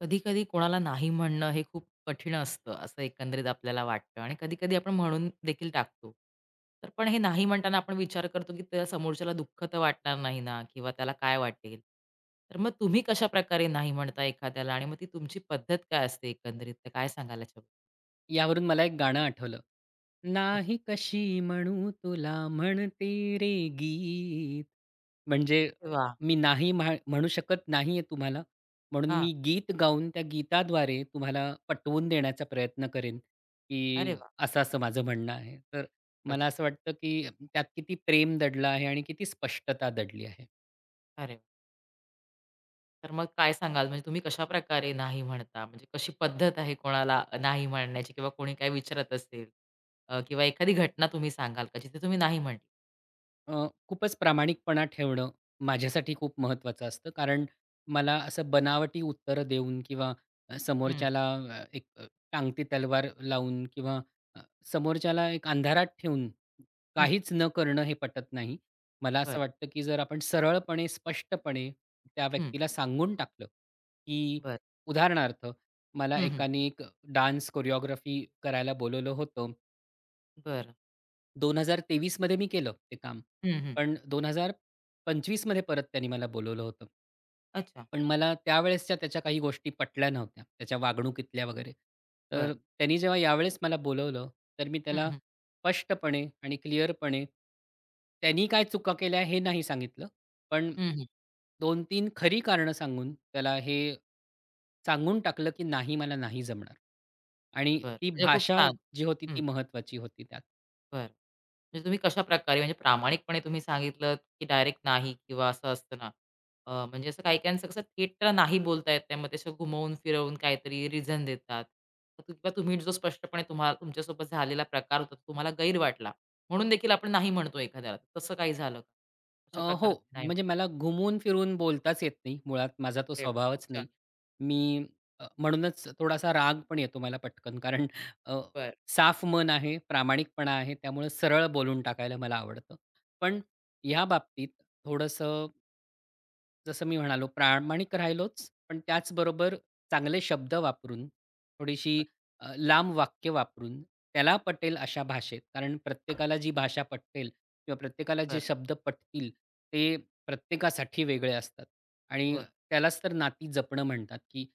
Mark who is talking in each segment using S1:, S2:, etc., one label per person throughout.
S1: कधी-कधी कोणाला नाही म्हणणं हे खूप कठीण असतं, असं एकंदरीत आपल्याला वाटतं आणि कधी-कधी आपण म्हणून देखील टाकतो. तर पण हे नाही म्हणताना आपण विचार करतो, की त्या समोरच्याला दुःख तर वाटणार नाही ना किंवा त्याला काय वाटेल? तर मग तुम्ही कशाप्रकारे नाही म्हणता एखाद्याला आणि मग ती तुमची पद्धत काय असते एकंदरीत? तर काय सांगाल याच्याबद्दल?
S2: यावरून मला एक गाणं आठवलं.
S1: अच्छा.
S2: नाही कशी म्हणू तुला म्हणते रे गीत, म्हणजे
S1: वाह!
S2: मी नाही म्हणू शकत नाहीये तुम्हाला, म्हणून
S1: हां.
S2: मी गीत गाऊन त्या गीताद्वारे तुम्हाला पटवून देण्याचा प्रयत्न करेन,
S1: अरे
S2: की
S1: वाह!
S2: असं-असं माझं म्हणणं आहे. तर मला
S1: अच्छा.
S2: असं वाटतं, की त्यात किती प्रेम दडलं आहे आणि किती स्पष्टता दडली आहे.
S1: अरे वाह! तर मग काय सांगाल? म्हणजे तुम्ही कशाप्रकारे नाही म्हणता? म्हणजे कशी पद्धत आहे कोणाला नाही म्हणण्याची किंवा कोणी काय विचारत असेल, किंवा एखादी घटना तुम्ही सांगाल का जिथे तुम्ही नाही म्हटली?
S2: खूपच प्रामाणिकपणा ठेवणं माझ्यासाठी खूप महत्त्वाचं असतं. कारण मला असं बनावटी उत्तरं देऊन किंवा
S1: हं,
S2: समोरच्याला अ, एक अ, टांगती तलवार लावून किंवा अ, समोरच्याला एक अंधारात ठेवून
S1: हं.
S2: काहीच न करणं हे पटत नाही. मला असं
S1: बरं.
S2: वाटतं, की जर आपण सरळपणे, स्पष्टपणे त्या
S1: हं.
S2: व्यक्तीला सांगून टाकलं, की
S1: बरं.
S2: उदाहरणार्थ मला
S1: हं, हं.
S2: एकाने एक डान्स कोरिओग्राफी करायला बोलावलं होतं.
S1: बरं.
S2: 2023 मध्ये मी केलं ते काम.
S1: हं, हं.
S2: पण 2025 मध्ये परत त्यांनी मला बोलावलं होतं.
S1: अच्छा.
S2: पण मला त्यावेळेसच्या त्याच्या काही गोष्टी पटल्या नव्हत्या. त्याच्या वागणुकीतल्या वगैरे. तर
S1: बरं.
S2: त्यांनी जेव्हा यावेळेस मला बोलावलं, तर मी
S1: हं,
S2: त्याला
S1: हं.
S2: स्पष्टपणे आणि क्लिअरपणे त्यांनी काय चुका केल्या हे नाही सांगितलं. पण
S1: हं, हं.
S2: 2-3 खरी कारणं सांगून त्याला हे सांगून टाकलं, की नाही मला नाही जमणार. आणि
S1: बरं.
S2: ती
S1: म्हणजे खूप
S2: भाषा
S1: छान.
S2: जी होती ती महत्त्वाची होती.
S1: बरं. म्हणजे तुम्ही कशाप्रकारे, म्हणजे प्रामाणिकपणे तुम्ही सांगितलत, की डायरेक्ट नाही किंवा असं असतं ना, म्हणजे असं काही-काहींचं कसं थेट नाही बोलता येत नाही. मग ते असं घुमवून-फिरवून काहीतरी रिझन देतात. तर किंवा तुम्ही जो स्पष्टपणे तुम्हाला तुमच्यासोबत झालेला प्रकार होता, तो तुम्हाला गैर वाटला. म्हणून देखील आपण नाही म्हणतो एखाद्याला. तसं काही झालं का? अशा प्रकारे
S2: हो.
S1: तुम्ही नाही
S2: म्हणजे
S1: म्हणता.
S2: मला घुमून फिरून बोलताच येत नाही मुळात. माझा तो
S1: अरे वाह! खूप
S2: स्वभावच
S1: छान.
S2: नाही. मी म्हणूनच थोडासा राग पण येतो मला पटकन. कारण अ,
S1: बरं,
S2: साफ मन आहे, प्रामाणिकपणा आहे. त्यामुळे सरळ बोलून टाकायला मला आवडतं. पण ह्या बाबतीत थोडंसं जसं मी म्हणालो, प्रामाणिक राहिलोच, पण त्याचबरोबर चांगले शब्द वापरून, थोडीशी
S1: बरं,
S2: लांब वाक्य वापरून, त्याला पटेल अशा भाषेत. कारण प्रत्येकाला जी भाषा पटेल किंवा प्रत्येकाला जे
S1: बरं.
S2: शब्द पटतील, ते प्रत्येकासाठी वेगळे असतात. आणि
S1: हो ना.
S2: त्यालाच तर नाती जपणं म्हणतात, की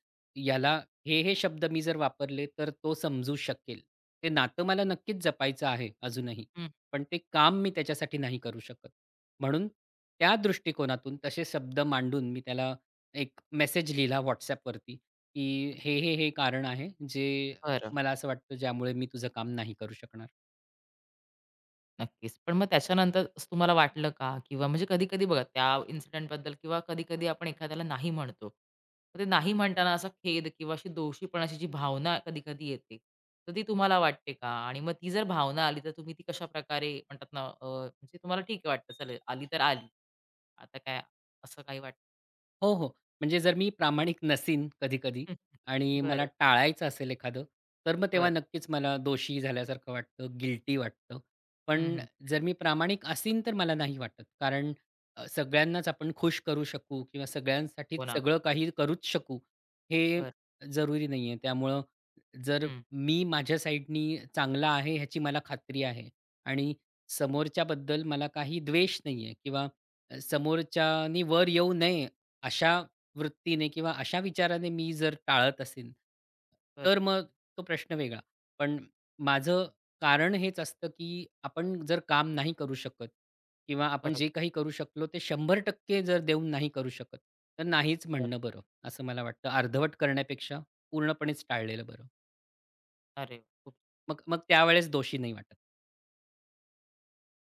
S2: याला हे शब्द मी जर वापरले, तर तो समजू शकेल. ते नातं मला
S1: बरं.
S2: नक्कीच जपायचं आहे अजूनही,
S1: हं.
S2: पण ते काम मी त्याच्यासाठी नाही करू शकत. म्हणून त्या दृष्टिकोनातून तसे शब्द मांडून मी त्याला एक मेसेज लिहिला WhatsAppवरती, की हे कारण आहे जे
S1: बरं.
S2: मला असं वाटतं ज्यामुळे मी तुझं काम नाही करू शकणार.
S1: नक्कीच. पण मग त्याच्यानंतर असं तुम्हाला वाटलं का? किंवा म्हणजे कधी-कधी बघा त्या इन्सिडेंटबद्दल, किंवा कधी-कधी आपण एखाद्याला नाही म्हणतो. तर ते नाही म्हणताना असा खेद किंवा अशी दोषीपणाची जी भावना कधी-कधी येते, तर ती तुम्हाला वाटते का? आणि मग ती जर भावना आली तर तुम्ही ती कशाप्रकारे म्हणतात ना, म्हणजे तुम्हाला ठीक आहे वाटतं चल आली तर आली. आता काय, असं काही वाटतं?
S2: हो, हो. म्हणजे जर मी प्रामाणिक नसीन कधी-कधी आणि मला
S1: बरं,
S2: टाळायचं असेल एखादं, तर मग तेव्हा
S1: बरं.
S2: नक्कीच मला दोषी झाल्यासारखं वाटतं, गिल्टी वाटतं.
S1: हं,
S2: पण
S1: हं.
S2: जर मी प्रामाणिक असीन तर मला नाही वाटत. कारण सगळ्यांनाच आपण खुश करू शकू किंवा सगळ्यांसाठीच
S1: हो ना.
S2: सगळं काही करूच शकू, हे
S1: बरं.
S2: जरुरी नाहीये. त्यामुळं जर
S1: हं.
S2: मी माझ्या साईडनी चांगला आहे ह्याची मला खात्री आहे आणि समोरच्याबद्दल मला काही द्वेष नाही आहे किंवा समोरच्यानी वर येऊ नये अशा वृत्तीने किंवा अशा विचाराने मी जर टाळत असेन,
S1: बरं.
S2: तर मग तो प्रश्न वेगळा. पण माझं कारण हेच असतं, की आपण जर काम नाही करू शकत किंवा आपण जे
S1: बरोबर.
S2: काही करू शकलो ते 100% जर देऊन नाही करू शकत, तर नाहीच
S1: बरं.
S2: म्हणणं बरं, असं मला वाटतं. अर्धवट करण्यापेक्षा पूर्णपणेच टाळलेलं बरं.
S1: अरे वाह!
S2: मग मग त्यावेळेस दोषी नाही वाटत.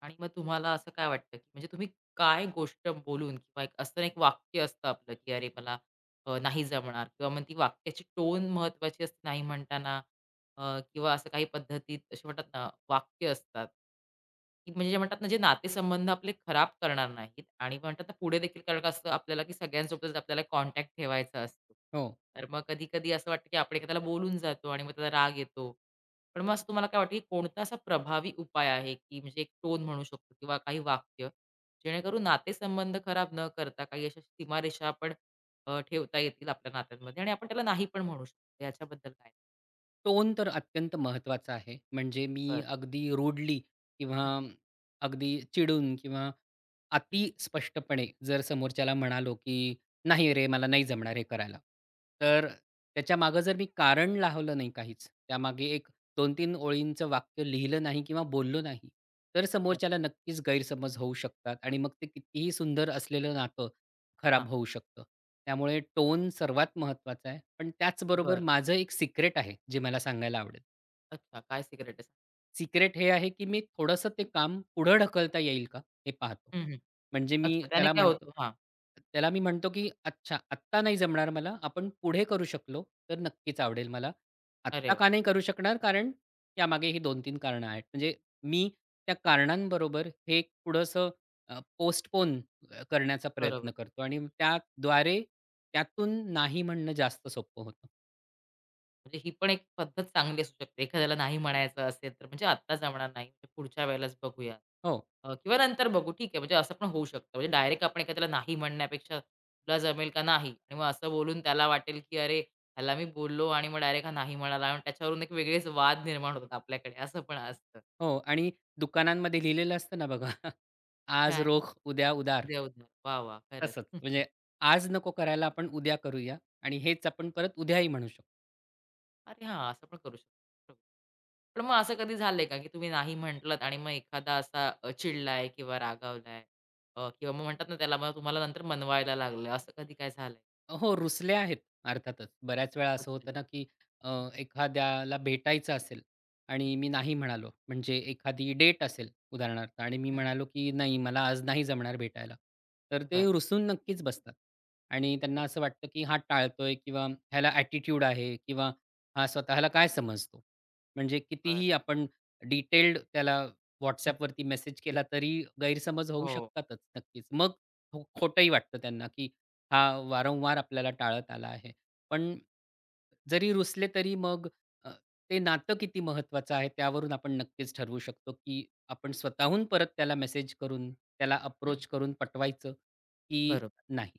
S1: आणि मग तुम्हाला असं काय वाटतं, की म्हणजे तुम्ही काय गोष्ट बोलून किंवा एक असतं ना, एक वाक्य असतं आपलं, की "अरे मला नाही जमणार" किंवा मग ती वाक्याची टोन महत्त्वाची असते नाही म्हणताना, किंवा असं काही पद्धतीत असे म्हणतात ना, वाक्य असतात, की म्हणजे जे म्हणतात ना, जे नातेसंबंध आपले खराब करणार नाहीत आणि म्हणतात ना, पुढे देखील कारण का असतं आपल्याला, की सगळ्यांसोबतच आपल्याला कॉन्टॅक्ट ठेवायचा असतो.
S2: हो.
S1: तर मग कधी-कधी असं वाटतं, की आपण एखाद्याला बोलून जातो आणि मग त्याचा राग येतो. पण मग असं तुम्हाला काय वाटतं, की कोणता असा प्रभावी उपाय आहे, की म्हणजे एक टोन म्हणू शकतो किंवा काही वाक्य, जेणेकरून नातेसंबंध खराब न करता काही अशा सीमारेषा आपण ठेवता येतील आपल्या नात्यांमध्ये आणि आपण त्याला नाही पण म्हणू शकतो. याच्याबद्दल काय?
S2: टोन तर अत्यंत महत्त्वाचा आहे. म्हणजे मी
S1: बरं.
S2: अगदी रूडली किंवा
S1: हं,
S2: अगदी चिडून किंवा अति
S1: हं.
S2: स्पष्टपणे जर समोरच्याला म्हणालो, की "नाही रे, मला नाही जमणार हे करायला."
S1: बरं,
S2: तर त्याच्यामागे जर मी कारण लावलं नाही काहीच, त्यामागे एक 2-3 ओळींचं वाक्य लिहिलं नाही किंवा बोललो नाही, तर
S1: बरं.
S2: समोरच्याला नक्कीच गैरसमज होऊ शकतात आणि मग ते कितीही सुंदर असलेलं नातं खराब
S1: हां.
S2: होऊ शकतं. त्यामुळे टोन सर्वात महत्त्वाचा आहे. पण त्याचबरोबर
S1: बरं.
S2: माझं एक सिक्रेट आहे, जे मला सांगायला आवडेल.
S1: अच्छा. काय सिक्रेट आहे?
S2: सिक्रेट हे आहे, की मी थोडंसं ते काम पुढं ढकलता येईल का, हे पाहतो.
S1: हं, हं.
S2: म्हणजे मी
S1: अच्छा, त्याने
S2: त्याला
S1: काय
S2: म्हणतो
S1: होतं? हां.
S2: त्याला मी म्हणतो, की "अच्छा, आत्ता नाही जमणार मला. आपण पुढे करू शकलो, तर नक्कीच आवडेल मला.
S1: अरे
S2: आत्ता
S1: वाह!
S2: का नाही करू शकणार? कारण यामागे ही 2-3 कारणं आहेत." म्हणजे मी त्या कारणांबरोबर हे थोडंसं पोस्टपोन करण्याचा
S1: बरोबर.
S2: प्रयत्न करतो आणि त्याद्वारे त्यातून नाही म्हणणं जास्त सोपं होतं.
S1: म्हणजे ही पण एक पद्धत चांगली असू शकते. एखाद्याला नाही म्हणायचं असेल तर म्हणजे आत्ता जमणार नाही, म्हणजे पुढच्या वेळेलाच बघूया.
S2: हो,
S1: किंवा नंतर बघू ठीक आहे. म्हणजे असं पण होऊ शकतं. म्हणजे डायरेक्ट आपण एखाद्याला नाही म्हणण्यापेक्षा तुला जमेल का नाही आणि मग असं बोलून त्याला वाटेल, की अरे ह्याला मी बोललो आणि मग डायरेक्ट हा नाही म्हणाला आणि त्याच्यावरून एक वेगळेच वाद निर्माण होतात, आपल्याकडे असं पण असतं.
S2: हो. आणि दुकानांमध्ये लिहिलेलं असतं ना बघा आज
S1: काय?
S2: रोख, उद्या उदार.
S1: देव, देव. वाह! वाह!
S2: तसंच.
S1: खरंच.
S2: म्हणजे आज नको करायला आपण उद्या करूया आणि हेच आपण परत उद्याही म्हणू शकतो.
S1: अरे हां, असं पण करू शकतो. पण मग असं कधी झालंय का, की तुम्ही नाही म्हटलात आणि मग एखादा असा चिडलाय किंवा रागावलाय, किंवा मग म्हणतात ना त्याला, मग तुम्हाला नंतर मनवायला लागलं, असं कधी काय झालंय?
S2: हो, रुसले आहेत अर्थातच. बऱ्याच वेळा असं
S1: अच्छा.
S2: होतं ना, की अ,
S1: हं,
S2: एखाद्याला भेटायचं असेल
S1: हं,
S2: आणि मी नाही म्हणालो. म्हणजे एखादी डेट असेल उदाहरणार्थ आणि मी
S1: हं.
S2: म्हणालो, की "नाही, मला आज नाही जमणार भेटायला." तर ते
S1: बरं,
S2: रुसून नक्कीच बसतात आणि त्यांना
S1: बरं.
S2: असं वाटतं, की हा टाळतोय किंवा ह्याला ॲटिट्यूड आहे किंवा हा स्वतःला काय समजतो. म्हणजे
S1: बरं.
S2: कितीही आपण डिटेल्ड त्याला
S1: हं,
S2: WhatsAppवरती मेसेज केला तरी गैरसमज होऊ
S1: हो.
S2: शकतातच नक्कीच. मग खोटंही वाटतं त्यांना, की हा वारंवार आपल्याला टाळत आला आहे. पण जरी रुसले तरी मग अ, ते नातं किती महत्त्वाचं आहे त्यावरून आपण नक्कीच ठरवू शकतो, की आपण स्वतःहून परत त्याला मेसेज करून, त्याला
S1: हं.
S2: अप्रोच करून पटवायचं की
S1: बरोबर.
S2: नाही?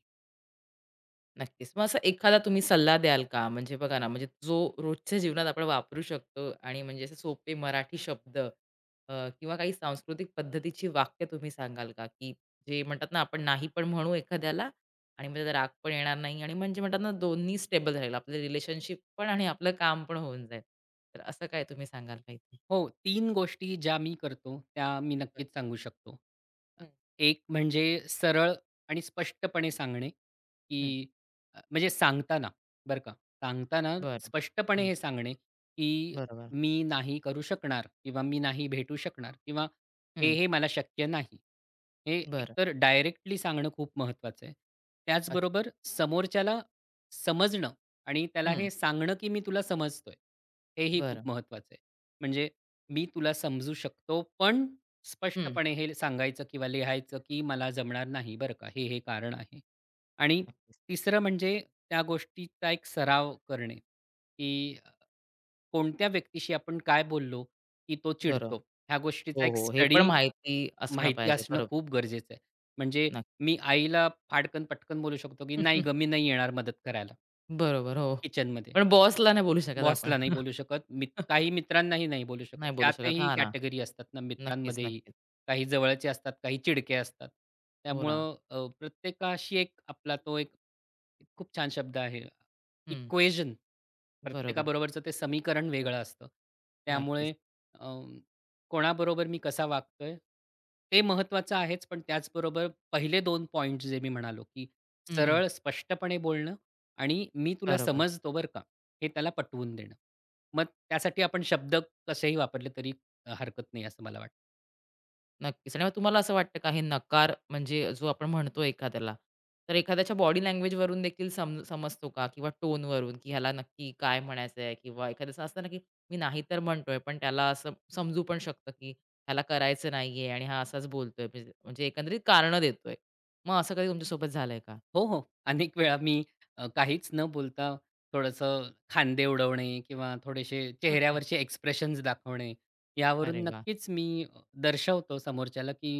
S1: नक्कीच. मग असा एखादा तुम्ही सल्ला द्याल का? म्हणजे बघा ना, म्हणजे जो रोजच्या जीवनात आपण वापरू शकतो आणि म्हणजे असे सोपे मराठी शब्द, किंवा काही सांस्कृतिक पद्धतीची वाक्य तुम्ही सांगाल का? की जे म्हणतात ना, आपण नाही पण म्हणू एखाद्याला आणि मग त्याचा राग पण येणार नाही आणि म्हणजे म्हणतात ना, दोन्ही स्टेबल राहील. आपलं रिलेशनशिप पण आणि आपलं काम पण होऊन जाईल. तर असं काय तुम्ही सांगाल का इथे?
S2: हो, 3 गोष्टी ज्या मी करतो, त्या मी
S1: बरं.
S2: नक्कीच सांगू शकतो. अ,
S1: हं,
S2: एक म्हणजे सरळ आणि स्पष्टपणे सांगणे, की
S1: हं.
S2: अ, म्हणजे सांगताना बरं का, सांगताना
S1: बरं.
S2: स्पष्टपणे
S1: हं.
S2: हे सांगणे, की
S1: बरोबर.
S2: "मी नाही करू शकणार" किंवा "मी नाही भेटू शकणार" किंवा "हे,
S1: हं.
S2: हे मला शक्य नाही." हे
S1: बरं.
S2: एकतर डायरेक्टली सांगणं खूप महत्त्वाचं आहे.
S1: अच्छा.
S2: त्याचबरोबर समोरच्याला समजणं आणि त्याला
S1: हं.
S2: हे सांगणं, की "मी तुला समजतोय." हेही खूप
S1: बरं.
S2: महत्त्वाचं आहे. म्हणजे मी तुला समजू शकतो, पण
S1: हं.
S2: स्पष्टपणे हे सांगायचं किंवा लिहायचं, की मला जमणार नाही बरं का, हे कारण आहे. आणि
S1: नक्कीच.
S2: तिसरं म्हणजे त्या गोष्टीचा एक सराव करणे, की कोणत्या व्यक्तीशी आपण काय बोललो, की तो
S1: बरं.
S2: चिडतो. ह्या गोष्टीचा
S1: हो,
S2: एक
S1: हो. हे पण
S2: स्टडी
S1: माहिती असणं
S2: माहिती
S1: पाहिजे.
S2: असणं
S1: बरोबर.
S2: खूप गरजेचं आहे. म्हणजे मी आईला फाडकन पटकन बोलू शकतो, की "नाही
S1: नक्की.
S2: गं, मी नाही येणार मदत करायला
S1: बरोबर, हो.
S2: किचनमध्ये."
S1: पण बॉसला नाही बोलू शकत आपण.
S2: बॉसला नाही बोलू शकत. मित काही मित्रांनाही नाही बोलू शकत.
S1: नाही बोलू शकत.
S2: त्यातही
S1: हां ना.
S2: कॅटेगरी असतात ना
S1: नक्कीच,
S2: मित्रांमध्येही.
S1: नक्कीच.
S2: काही जवळचे असतात, काही चिडके असतात.
S1: हो ना.
S2: त्यामुळं प्रत्येकाशी एक आपला तो एक खूप छान शब्द आहे.
S1: हं.
S2: इक्वेशन
S1: बरोबर.
S2: प्रत्येकाबरोबरचं ते समीकरण वेगळं असतं.
S1: नक्कीच.
S2: त्यामुळे अ, कोणाबरोबर मी कसा वागतोय, ते महत्त्वाचं आहेच. पण त्याचबरोबर पहिले दोन पॉइंट जे मी म्हणालो, की
S1: हं, हं.
S2: सरळ स्पष्टपणे बोलणं आणि "मी तुला
S1: बरोबर.
S2: समजतो बरं का" हे त्याला पटवून देणं. मग त्यासाठी आपण शब्द कसेही वापरले तरी हरकत नाही असं मला वाटतं.
S1: नक्कीच. आणि मग तुम्हाला असं वाटतं का, हे नकार म्हणजे जो आपण म्हणतो एखाद्याला, तर एखाद्याच्या बॉडी लँग्वेजवरून देखील समजतो का? किंवा टोनवरून, की ह्याला नक्की काय म्हणायचं आहे? किंवा एखाद्याचं असतं ना, की मी नाही तर म्हणतोय, पण त्याला असं समजू पण शकतं, की ह्याला करायचं नाहीये आणि हा असाच बोलतोय. म्हणजे म्हणजे एकंदरीत कारणं देतोय. मग असं कधी तुमच्यासोबत झालंय का?
S2: हो, हो. अनेक वेळा मी काहीच न बोलता थोडंसं खांदे उडवणे किंवा थोडेसे चेहऱ्यावरचे एक्सप्रेशन्स दाखवणे,
S1: अरे
S2: यावरून
S1: वाह!
S2: नक्कीच मी दर्शवतो समोरच्याला, की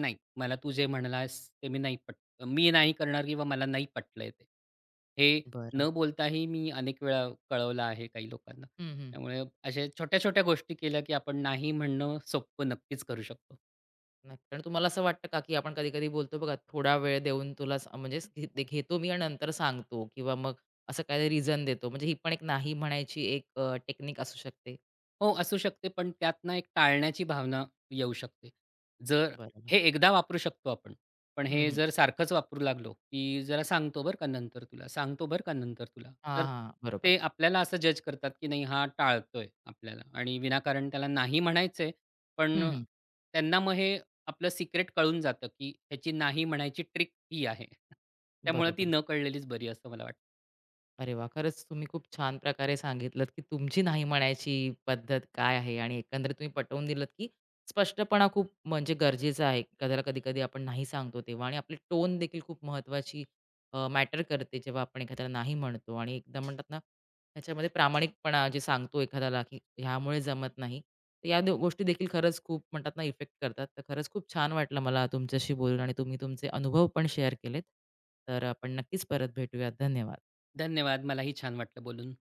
S2: नाही, मला तू जे म्हणालास ते मी नाही करणार किंवा मला नाही पटलंय ते. हे
S1: बरं.
S2: न बोलताही मी अनेक वेळा कळवलं आहे काही लोकांना.
S1: हं, हं.
S2: त्यामुळे अशा छोट्या-छोट्या गोष्टी केल्या, की आपण नाही म्हणणं सोपं नक्कीच करू शकतो.
S1: नक्की. पण तुम्हाला असं वाटतं का, की आपण कधी-कधी बोलतो बघा, थोडा वेळ देऊन तुला घे, ते घेतो मी आणि नंतर सांगतो किंवा मग असं काही रिझन देतो. म्हणजे ही पण एक नाही म्हणायची टेक्निक असू शकते.
S2: हो, असू शकते, पण त्यातनं एक टाळण्याची भावना येऊ शकते. जर
S1: बरोबर.
S2: हे एकदा वापरू शकतो आपण, पण
S1: हं,
S2: हे
S1: हं.
S2: जर सारखंच वापरू लागलो, की "जरा सांगतो बरं का नंतर तुला, सांगतो बरं का नंतर तुला."
S1: हां,
S2: तर
S1: हां. बरोबर.
S2: ते आपल्याला असं जज करतात, की नाही हा टाळतोय आपल्याला आणि विनाकारण त्याला नाही म्हणायचंय, पण
S1: हं, हं.
S2: त्यांना मग हे आपलं सिक्रेट कळून जातं, की ह्याची नाही म्हणायची ट्रिक ही आहे. त्यामुळे ती
S1: बरोबर.
S2: न कळलेलीच बरी असं मला वाटतं.
S1: अरे वाह! खरंच तुम्ही खूप छान प्रकारे सांगितलत, की तुमची नाही म्हणायची पद्धत काय आहे आणि एकंदरीत तुम्ही पटवून दिलत, की स्पष्टपणा खूप म्हणजे गरजेचा आहे. एखाद्याला कधी-कधी आपण नाही सांगतो तेव्हा, आणि आपली टोन देखील खूप महत्त्वाची मॅटर करते जेव्हा आपण एखाद्याला नाही म्हणतो आणि एकदम म्हणतात ना, त्याच्यामध्ये प्रामाणिकपणा जे सांगतो एखाद्याला, की ह्यामुळे जमत नाही. तर या दो गोष्टी देखील खरंच खूप म्हणतात ना इफेक्ट करतात. तर खरंच खूप छान वाटलं मला तुमच्याशी बोलून आणि तुम्ही तुमचे अनुभव पण शेअर केलेत. तर आपण नक्कीच परत भेटूयात. धन्यवाद.
S2: धन्यवाद. मलाही छान वाटलं बोलून.